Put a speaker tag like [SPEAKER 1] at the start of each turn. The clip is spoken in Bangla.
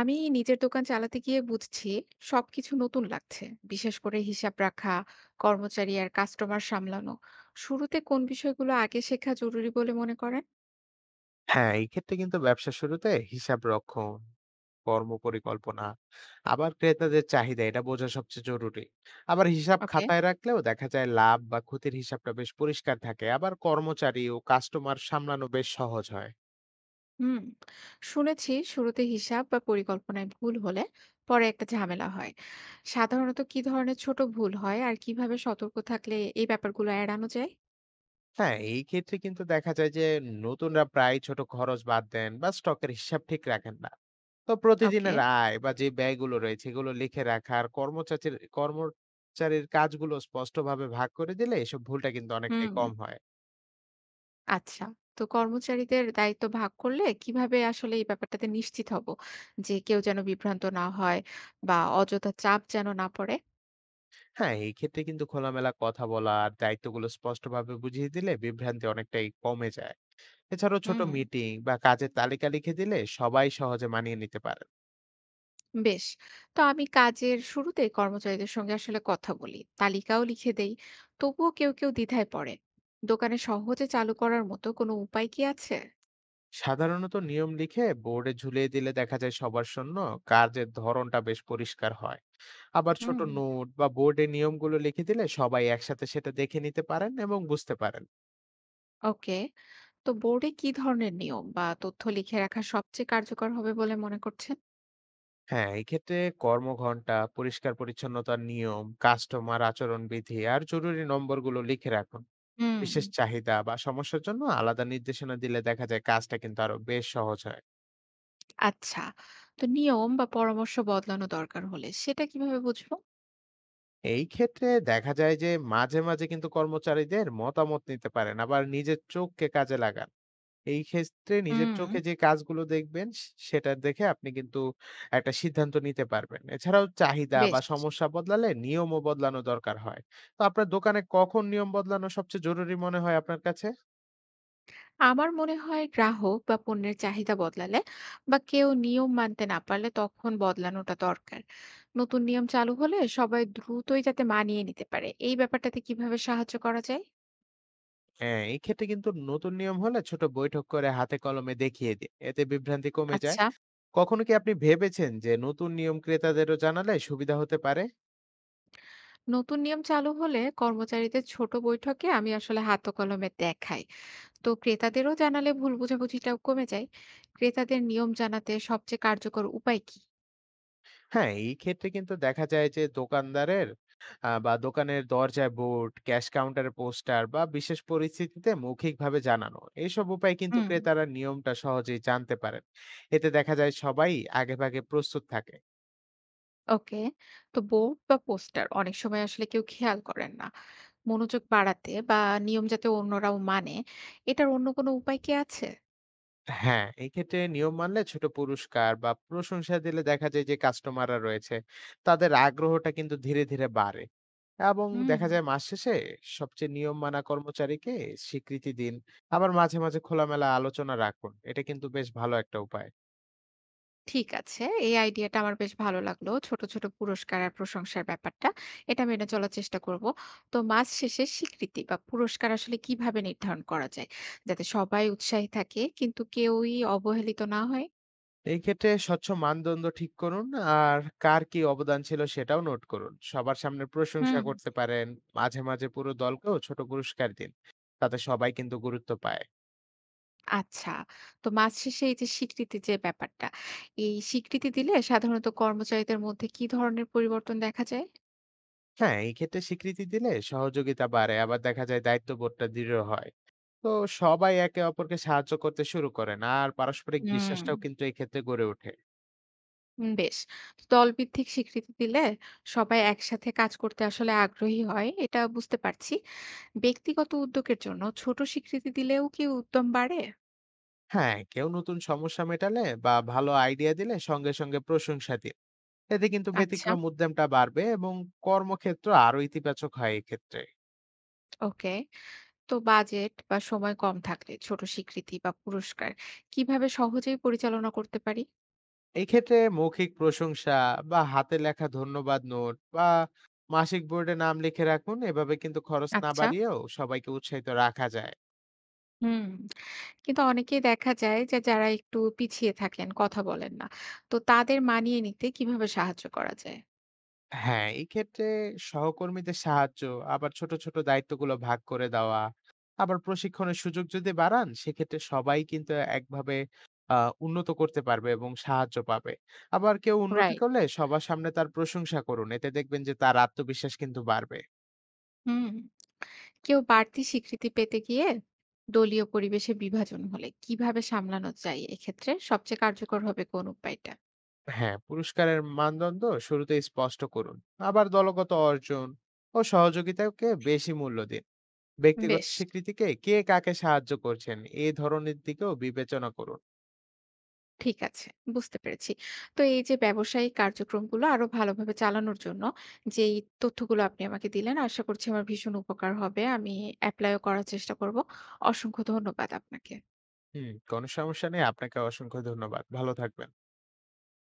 [SPEAKER 1] আমি নিজের দোকান চালাতে গিয়ে বুঝছি সবকিছু নতুন লাগছে, বিশেষ করে হিসাব রাখা, কর্মচারী আর কাস্টমার সামলানো। শুরুতে কোন বিষয়গুলো আগে শেখা জরুরি বলে মনে করেন?
[SPEAKER 2] হ্যাঁ, এই ক্ষেত্রে কিন্তু ব্যবসার শুরুতে হিসাব রক্ষণ, কর্ম পরিকল্পনা, আবার ক্রেতাদের চাহিদা এটা বোঝা সবচেয়ে জরুরি। আবার হিসাব
[SPEAKER 1] ওকে।
[SPEAKER 2] খাতায় রাখলেও দেখা যায় লাভ বা ক্ষতির হিসাবটা বেশ পরিষ্কার থাকে। আবার কর্মচারী ও কাস্টমার সামলানো বেশ সহজ হয়।
[SPEAKER 1] হুম। শুনেছি শুরুতে হিসাব বা পরিকল্পনায় ভুল হলে পরে একটা ঝামেলা হয়। সাধারণত কি ধরনের ছোট ভুল হয় আর কিভাবে সতর্ক থাকলে এই ব্যাপারগুলো এড়ানো যায়?
[SPEAKER 2] হ্যাঁ, এই ক্ষেত্রে কিন্তু দেখা যায় যে নতুনরা প্রায় ছোট খরচ বাদ দেন বা স্টকের হিসাব ঠিক রাখেন না। তো
[SPEAKER 1] ওকে।
[SPEAKER 2] প্রতিদিনের আয় বা যে ব্যয়গুলো রয়েছে এগুলো লিখে রাখা আর কর্মচারীর কাজগুলো স্পষ্টভাবে ভাগ করে দিলে এসব ভুলটা কিন্তু অনেকটাই
[SPEAKER 1] হুম।
[SPEAKER 2] কম হয়।
[SPEAKER 1] আচ্ছা। তো কর্মচারীদের দায়িত্ব ভাগ করলে কিভাবে আসলে এই ব্যাপারটাতে নিশ্চিত হব? যে কেউ যেন বিভ্রান্ত না হয় বা অযথা চাপ যেন না পড়ে?
[SPEAKER 2] হ্যাঁ, এই ক্ষেত্রে কিন্তু খোলামেলা কথা বলা আর দায়িত্বগুলো স্পষ্টভাবে বুঝিয়ে দিলে বিভ্রান্তি অনেকটাই কমে যায়। এছাড়াও ছোট
[SPEAKER 1] হুম।
[SPEAKER 2] মিটিং বা কাজের তালিকা লিখে দিলে সবাই সহজে মানিয়ে নিতে পারেন।
[SPEAKER 1] বেশ। তো আমি কাজের শুরুতে কর্মচারীদের সঙ্গে আসলে কথা বলি। তালিকাও লিখে দেই। তবুও কেউ দ্বিধায় পড়ে। দোকানে সহজে চালু করার মতো কোনো উপায় কি আছে?
[SPEAKER 2] সাধারণত নিয়ম লিখে বোর্ডে ঝুলিয়ে দিলে দেখা যায় সবার জন্য কাজের ধরনটা বেশ পরিষ্কার হয়। আবার ছোট
[SPEAKER 1] হুম।
[SPEAKER 2] নোট বা বোর্ডে নিয়মগুলো লিখে দিলে সবাই একসাথে সেটা দেখে নিতে পারেন এবং বুঝতে পারেন।
[SPEAKER 1] ওকে। তো বোর্ডে কি ধরনের নিয়ম বা তথ্য লিখে রাখা সবচেয়ে কার্যকর হবে বলে মনে করছেন?
[SPEAKER 2] হ্যাঁ, এই ক্ষেত্রে কর্মঘণ্টা, পরিষ্কার পরিচ্ছন্নতার নিয়ম, কাস্টমার আচরণবিধি আর জরুরি নম্বরগুলো লিখে রাখুন।
[SPEAKER 1] হুম।
[SPEAKER 2] বিশেষ চাহিদা বা সমস্যার জন্য আলাদা নির্দেশনা দিলে দেখা যায় কাজটা কিন্তু আরো বেশ সহজ হয়।
[SPEAKER 1] আচ্ছা। তো নিয়ম বা পরামর্শ বদলানো দরকার হলে সেটা কিভাবে বুঝবো?
[SPEAKER 2] এই ক্ষেত্রে দেখা যায় যে মাঝে মাঝে কিন্তু কর্মচারীদের মতামত নিতে পারেন, আবার নিজের চোখকে কাজে লাগান। এই ক্ষেত্রে নিজের চোখে
[SPEAKER 1] হুম।
[SPEAKER 2] যে কাজগুলো দেখবেন সেটা দেখে আপনি কিন্তু একটা সিদ্ধান্ত নিতে পারবেন। এছাড়াও চাহিদা বা
[SPEAKER 1] বেশ।
[SPEAKER 2] সমস্যা বদলালে নিয়মও বদলানো দরকার হয়। তো আপনার দোকানে কখন নিয়ম বদলানো সবচেয়ে জরুরি মনে হয় আপনার কাছে?
[SPEAKER 1] আমার মনে হয় গ্রাহক বা পণ্যের চাহিদা বদলালে বা কেউ নিয়ম মানতে না পারলে তখন বদলানোটা দরকার। নতুন নিয়ম চালু হলে সবাই দ্রুতই যাতে মানিয়ে নিতে পারে এই ব্যাপারটাতে কিভাবে সাহায্য করা যায়?
[SPEAKER 2] হ্যাঁ, এই ক্ষেত্রে কিন্তু নতুন নিয়ম হলে ছোট বৈঠক করে হাতে কলমে দেখিয়ে দিই, এতে বিভ্রান্তি কমে যায়।
[SPEAKER 1] আচ্ছা।
[SPEAKER 2] কখনো কি আপনি ভেবেছেন যে নতুন নিয়ম ক্রেতাদেরও জানালে সুবিধা হতে পারে?
[SPEAKER 1] নতুন নিয়ম চালু হলে কর্মচারীদের ছোট বৈঠকে আমি আসলে হাতে কলমে দেখাই। তো ক্রেতাদেরও জানালে ভুল বোঝাবুঝিটাও কমে যায়। ক্রেতাদের নিয়ম জানাতে সবচেয়ে কার্যকর উপায় কী?
[SPEAKER 2] হ্যাঁ, এই ক্ষেত্রে কিন্তু দেখা যায় যে দোকানদারের বা দোকানের দরজায় বোর্ড, ক্যাশ কাউন্টারে পোস্টার বা বিশেষ পরিস্থিতিতে মৌখিকভাবে জানানো। এসব উপায় কিন্তু
[SPEAKER 1] হুম,
[SPEAKER 2] ক্রেতারা নিয়মটা সহজেই জানতে পারেন। এতে দেখা যায় সবাই আগেভাগে প্রস্তুত থাকে।
[SPEAKER 1] ওকে। তো বোর্ড বা পোস্টার অনেক সময় আসলে কেউ খেয়াল করেন না। মনোযোগ বাড়াতে বা নিয়ম যাতে অন্যরাও মানে, এটার অন্য কোনো উপায় কি আছে?
[SPEAKER 2] হ্যাঁ, এক্ষেত্রে নিয়ম মানলে ছোট পুরস্কার বা প্রশংসা দিলে দেখা যায় যে কাস্টমাররা রয়েছে, তাদের আগ্রহটা কিন্তু ধীরে ধীরে বাড়ে। এবং
[SPEAKER 1] হুম,
[SPEAKER 2] দেখা যায় মাস শেষে সবচেয়ে নিয়ম মানা কর্মচারীকে স্বীকৃতি দিন। আবার মাঝে মাঝে খোলামেলা আলোচনা রাখুন। এটা কিন্তু বেশ ভালো একটা উপায়।
[SPEAKER 1] ঠিক আছে। এই আইডিয়াটা আমার বেশ ভালো লাগলো। ছোট, ছোট পুরস্কার আর প্রশংসার ব্যাপারটা এটা মেনে চলার চেষ্টা করব। তো মাস শেষে স্বীকৃতি বা পুরস্কার আসলে কিভাবে নির্ধারণ করা যায়? যাতে সবাই উৎসাহী থাকে কিন্তু কেউই অবহেলিত না হয়?
[SPEAKER 2] এই ক্ষেত্রে স্বচ্ছ মানদণ্ড ঠিক করুন, আর কার কি অবদান ছিল সেটাও নোট করুন। সবার সামনে প্রশংসা
[SPEAKER 1] হুম।
[SPEAKER 2] করতে পারেন। মাঝে মাঝে পুরো দলকেও ছোট পুরস্কার দিন। তাতে সবাই কিন্তু গুরুত্ব পায়।
[SPEAKER 1] আচ্ছা। তো মাস শেষে এই যে স্বীকৃতি যে ব্যাপারটা, এই স্বীকৃতি দিলে সাধারণত কর্মচারীদের মধ্যে কি ধরনের পরিবর্তন দেখা যায়?
[SPEAKER 2] হ্যাঁ, এই ক্ষেত্রে স্বীকৃতি দিলে সহযোগিতা বাড়ে, আবার দেখা যায় দায়িত্ববোধটা দৃঢ় হয়। তো সবাই একে অপরকে সাহায্য করতে শুরু করেন আর পারস্পরিক
[SPEAKER 1] হুম।
[SPEAKER 2] বিশ্বাসটাও কিন্তু এই ক্ষেত্রে গড়ে ওঠে।
[SPEAKER 1] হুম, বেশ। দলভিত্তিক স্বীকৃতি দিলে সবাই একসাথে কাজ করতে আসলে আগ্রহী হয়, এটা বুঝতে পারছি। ব্যক্তিগত উদ্যোগের জন্য ছোট স্বীকৃতি দিলেও কি উদ্যম বাড়ে?
[SPEAKER 2] হ্যাঁ, কেউ নতুন সমস্যা মেটালে বা ভালো আইডিয়া দিলে সঙ্গে সঙ্গে প্রশংসা দিন। এতে কিন্তু
[SPEAKER 1] আচ্ছা,
[SPEAKER 2] ব্যতিক্রম উদ্যমটা বাড়বে এবং কর্মক্ষেত্র আরো ইতিবাচক হয় এই ক্ষেত্রে।
[SPEAKER 1] ওকে। তো বাজেট বা সময় কম থাকলে ছোট স্বীকৃতি বা পুরস্কার কিভাবে সহজেই পরিচালনা করতে পারি?
[SPEAKER 2] এই ক্ষেত্রে মৌখিক প্রশংসা বা হাতে লেখা ধন্যবাদ নোট বা মাসিক বোর্ডে নাম লিখে রাখুন। এভাবে কিন্তু খরচ না
[SPEAKER 1] আচ্ছা।
[SPEAKER 2] বাড়িয়েও সবাইকে উৎসাহিত রাখা যায়।
[SPEAKER 1] হুম। কিন্তু অনেকেই দেখা যায় যে যারা একটু পিছিয়ে থাকেন, কথা বলেন না। তো তাদের মানিয়ে নিতে কিভাবে সাহায্য করা যায়?
[SPEAKER 2] হ্যাঁ, এই ক্ষেত্রে সহকর্মীদের সাহায্য, আবার ছোট ছোট দায়িত্বগুলো ভাগ করে দেওয়া, আবার প্রশিক্ষণের সুযোগ যদি বাড়ান, সেক্ষেত্রে সবাই কিন্তু একভাবে আ উন্নত করতে পারবে এবং সাহায্য পাবে। আবার কেউ উন্নতি
[SPEAKER 1] রাইট।
[SPEAKER 2] করলে সবার সামনে তার প্রশংসা করুন। এতে দেখবেন যে তার আত্মবিশ্বাস কিন্তু বাড়বে।
[SPEAKER 1] হুম, কেউ বাড়তি স্বীকৃতি পেতে গিয়ে দলীয় পরিবেশে বিভাজন হলে কিভাবে সামলানো যায়, এক্ষেত্রে সবচেয়ে কার্যকর হবে কোন উপায়টা?
[SPEAKER 2] হ্যাঁ, পুরস্কারের মানদণ্ড শুরুতে স্পষ্ট করুন। আবার দলগত অর্জন ও সহযোগিতাকে বেশি মূল্য দিন। ব্যক্তিগত
[SPEAKER 1] বেশ,
[SPEAKER 2] স্বীকৃতিকে কে কাকে সাহায্য করছেন, এ ধরনের দিকেও বিবেচনা করুন।
[SPEAKER 1] ঠিক আছে, বুঝতে পেরেছি। তো এই যে ব্যবসায়িক কার্যক্রমগুলো আরো ভালোভাবে চালানোর জন্য যেই তথ্যগুলো আপনি আমাকে দিলেন, আশা করছি আমার ভীষণ উপকার হবে। আমি এপ্লাইও করার চেষ্টা করব। অসংখ্য ধন্যবাদ আপনাকে।
[SPEAKER 2] হুম, কোনো সমস্যা নেই। আপনাকে অসংখ্য ধন্যবাদ। ভালো থাকবেন।